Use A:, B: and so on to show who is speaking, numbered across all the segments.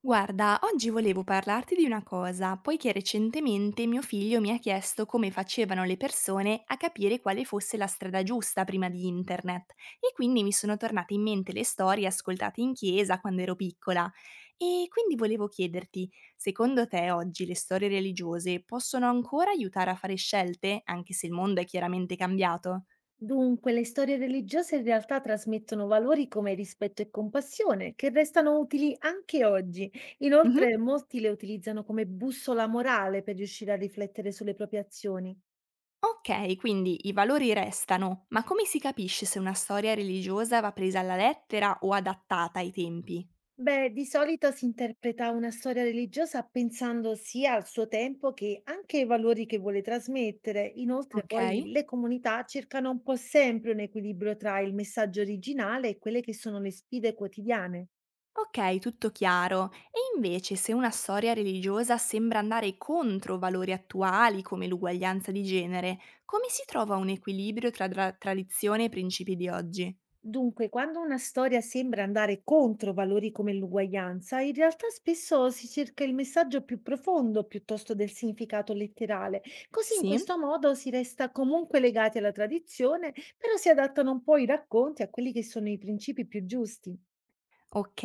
A: Guarda, oggi volevo parlarti di una cosa, poiché recentemente mio figlio mi ha chiesto come facevano le persone a capire quale fosse la strada giusta prima di internet e quindi mi sono tornate in mente le storie ascoltate in chiesa quando ero piccola. E quindi volevo chiederti, secondo te oggi le storie religiose possono ancora aiutare a fare scelte, anche se il mondo è chiaramente cambiato?
B: Dunque, le storie religiose in realtà trasmettono valori come rispetto e compassione, che restano utili anche oggi.
A: Mhm.
B: Inoltre, molti le utilizzano come bussola morale per riuscire a riflettere sulle proprie azioni.
A: Okay, quindi i valori restano, ma come si capisce se una storia religiosa va presa alla lettera o adattata ai tempi?
B: Beh, di solito si interpreta una storia religiosa pensando sia al suo tempo che anche ai valori che vuole trasmettere. Inoltre, poi
A: Okay?
B: le comunità cercano un po' sempre un equilibrio tra il messaggio originale e quelle che sono le sfide quotidiane.
A: Okay, tutto chiaro. E invece se una storia religiosa sembra andare contro valori attuali come l'uguaglianza di genere, come si trova un equilibrio tra dra tradizione e principi di oggi?
B: Dunque, quando una storia sembra andare contro valori come l'uguaglianza, in realtà spesso si cerca il messaggio più profondo piuttosto del significato letterale. Così in
A: Sì?
B: questo modo si resta comunque legati alla tradizione, però si adattano un po' i racconti a quelli che sono i principi più giusti.
A: Ok,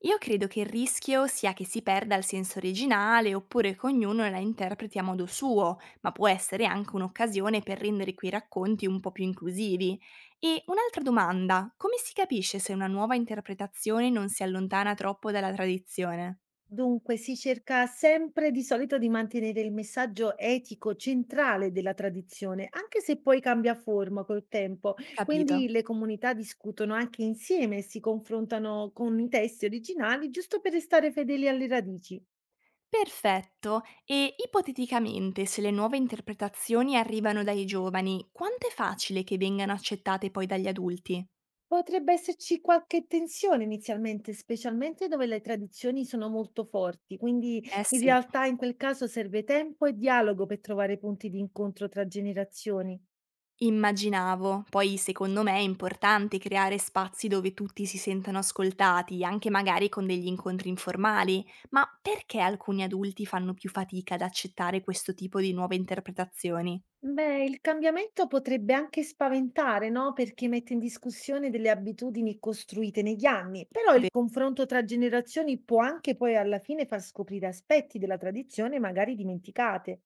A: io credo che il rischio sia che si perda il senso originale oppure che ognuno la interpreti a modo suo, ma può essere anche un'occasione per rendere quei racconti un po' più inclusivi. E un'altra domanda, come si capisce se una nuova interpretazione non si allontana troppo dalla tradizione?
B: Dunque, si cerca sempre di solito di mantenere il messaggio etico centrale della tradizione, anche se poi cambia forma col tempo. Quindi
A: Capito.
B: le comunità discutono anche insieme e si confrontano con i testi originali, giusto per restare fedeli alle radici.
A: Perfetto, e ipoteticamente se le nuove interpretazioni arrivano dai giovani, quanto è facile che vengano accettate poi dagli adulti?
B: Potrebbe esserci qualche tensione inizialmente, specialmente dove le tradizioni sono molto forti, quindi
A: Eh
B: in
A: sì.
B: realtà in quel caso serve tempo e dialogo per trovare punti di incontro tra generazioni.
A: Immaginavo. Poi secondo me è importante creare spazi dove tutti si sentano ascoltati, anche magari con degli incontri informali. Ma perché alcuni adulti fanno più fatica ad accettare questo tipo di nuove interpretazioni?
B: Beh, il cambiamento potrebbe anche spaventare, no? Perché mette in discussione delle abitudini costruite negli anni, però il confronto tra generazioni può anche poi alla fine far scoprire aspetti della tradizione magari dimenticate.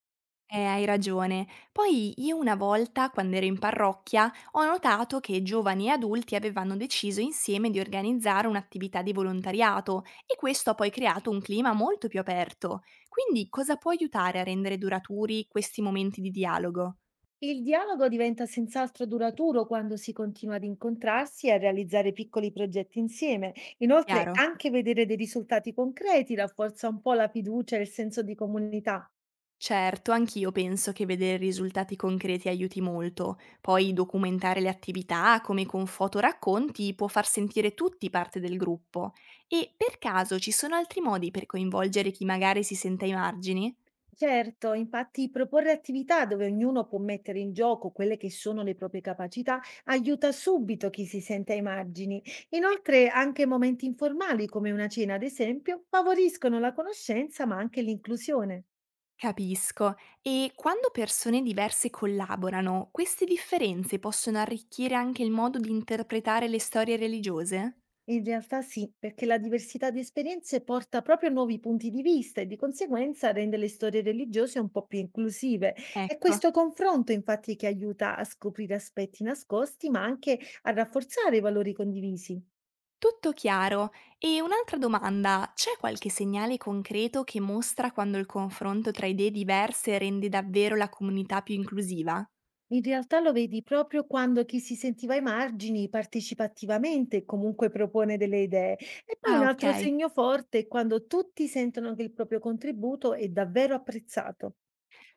A: Hai ragione. Poi io una volta, quando ero in parrocchia, ho notato che giovani e adulti avevano deciso insieme di organizzare un'attività di volontariato e questo ha poi creato un clima molto più aperto. Quindi cosa può aiutare a rendere duraturi questi momenti di dialogo?
B: Il dialogo diventa senz'altro duraturo quando si continua ad incontrarsi e a realizzare piccoli progetti insieme. Inoltre,
A: Chiaro?
B: anche vedere dei risultati concreti rafforza un po' la fiducia e il senso di comunità.
A: Certo, anch'io penso che vedere risultati concreti aiuti molto. Poi documentare le attività, come con fotoracconti, può far sentire tutti parte del gruppo. E per caso ci sono altri modi per coinvolgere chi magari si sente ai margini?
B: Certo, infatti proporre attività dove ognuno può mettere in gioco quelle che sono le proprie capacità aiuta subito chi si sente ai margini. Inoltre, anche momenti informali come una cena, ad esempio, favoriscono la conoscenza ma anche l'inclusione.
A: Capisco. E quando persone diverse collaborano, queste differenze possono arricchire anche il modo di interpretare le storie religiose?
B: In realtà sì, perché la diversità di esperienze porta proprio a nuovi punti di vista e di conseguenza rende le storie religiose un po' più inclusive. È
A: Ecco.
B: questo confronto infatti che aiuta a scoprire aspetti nascosti ma anche a rafforzare i valori condivisi.
A: Tutto chiaro. E un'altra domanda, c'è qualche segnale concreto che mostra quando il confronto tra idee diverse rende davvero la comunità più inclusiva?
B: In realtà lo vedi proprio quando chi si sentiva ai margini partecipa attivamente e comunque propone delle idee. E poi un
A: Ah,
B: altro
A: ok.
B: segno forte è quando tutti sentono che il proprio contributo è davvero apprezzato.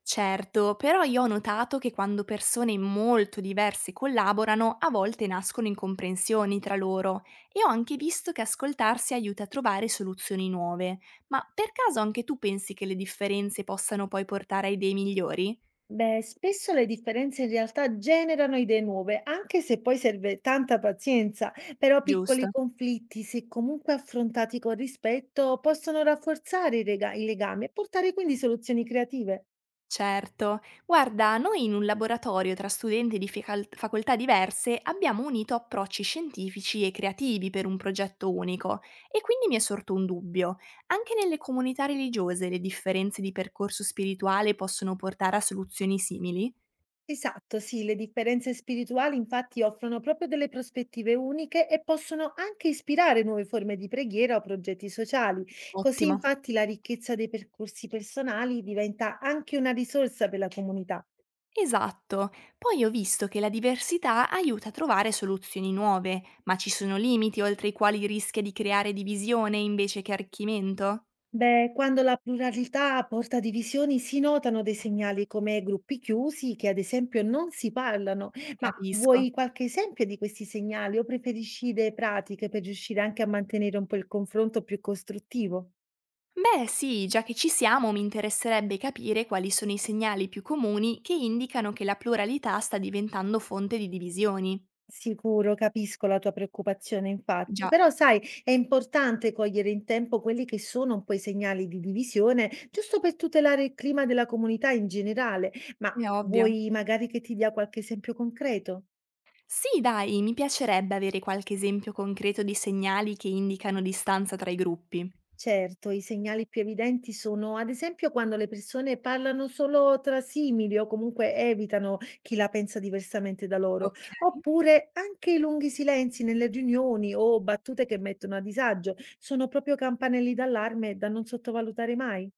A: Certo, però io ho notato che quando persone molto diverse collaborano, a volte nascono incomprensioni tra loro e ho anche visto che ascoltarsi aiuta a trovare soluzioni nuove. Ma per caso anche tu pensi che le differenze possano poi portare a idee migliori?
B: Beh, spesso le differenze in realtà generano idee nuove, anche se poi serve tanta pazienza, però
A: Giusto.
B: piccoli conflitti, se comunque affrontati con rispetto, possono rafforzare i i legami e portare quindi soluzioni creative.
A: Certo, guarda, noi in un laboratorio tra studenti di facoltà diverse abbiamo unito approcci scientifici e creativi per un progetto unico e quindi mi è sorto un dubbio. Anche nelle comunità religiose le differenze di percorso spirituale possono portare a soluzioni simili?
B: Esatto, sì, le differenze spirituali infatti offrono proprio delle prospettive uniche e possono anche ispirare nuove forme di preghiera o progetti sociali. Così
A: Ottimo.
B: infatti la ricchezza dei percorsi personali diventa anche una risorsa per la comunità.
A: Esatto, poi ho visto che la diversità aiuta a trovare soluzioni nuove, ma ci sono limiti oltre i quali rischia di creare divisione invece che arricchimento?
B: Beh, quando la pluralità porta divisioni si notano dei segnali come gruppi chiusi che ad esempio non si parlano. Ma
A: Capisco.
B: vuoi qualche esempio di questi segnali o preferisci idee pratiche per riuscire anche a mantenere un po' il confronto più costruttivo?
A: Beh, sì, già che ci siamo, mi interesserebbe capire quali sono i segnali più comuni che indicano che la pluralità sta diventando fonte di divisioni.
B: Sicuro, capisco la tua preoccupazione infatti,
A: Già,
B: però sai, è importante cogliere in tempo quelli che sono un po' i segnali di divisione, giusto per tutelare il clima della comunità in generale, ma
A: è ovvio.
B: vuoi magari che ti dia qualche esempio concreto?
A: Sì, dai, mi piacerebbe avere qualche esempio concreto di segnali che indicano distanza tra i gruppi.
B: Certo, i segnali più evidenti sono, ad esempio, quando le persone parlano solo tra simili o comunque evitano chi la pensa diversamente da loro,
A: Ok.
B: oppure anche i lunghi silenzi nelle riunioni o battute che mettono a disagio, sono proprio campanelli d'allarme da non sottovalutare mai.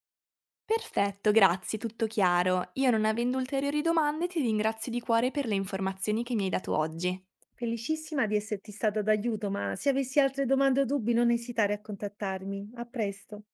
A: Perfetto, grazie, tutto chiaro. Io non avendo ulteriori domande ti ringrazio di cuore per le informazioni che mi hai dato oggi.
B: Felicissima di esserti stata d'aiuto, ma se avessi altre domande o dubbi non esitare a contattarmi. A presto.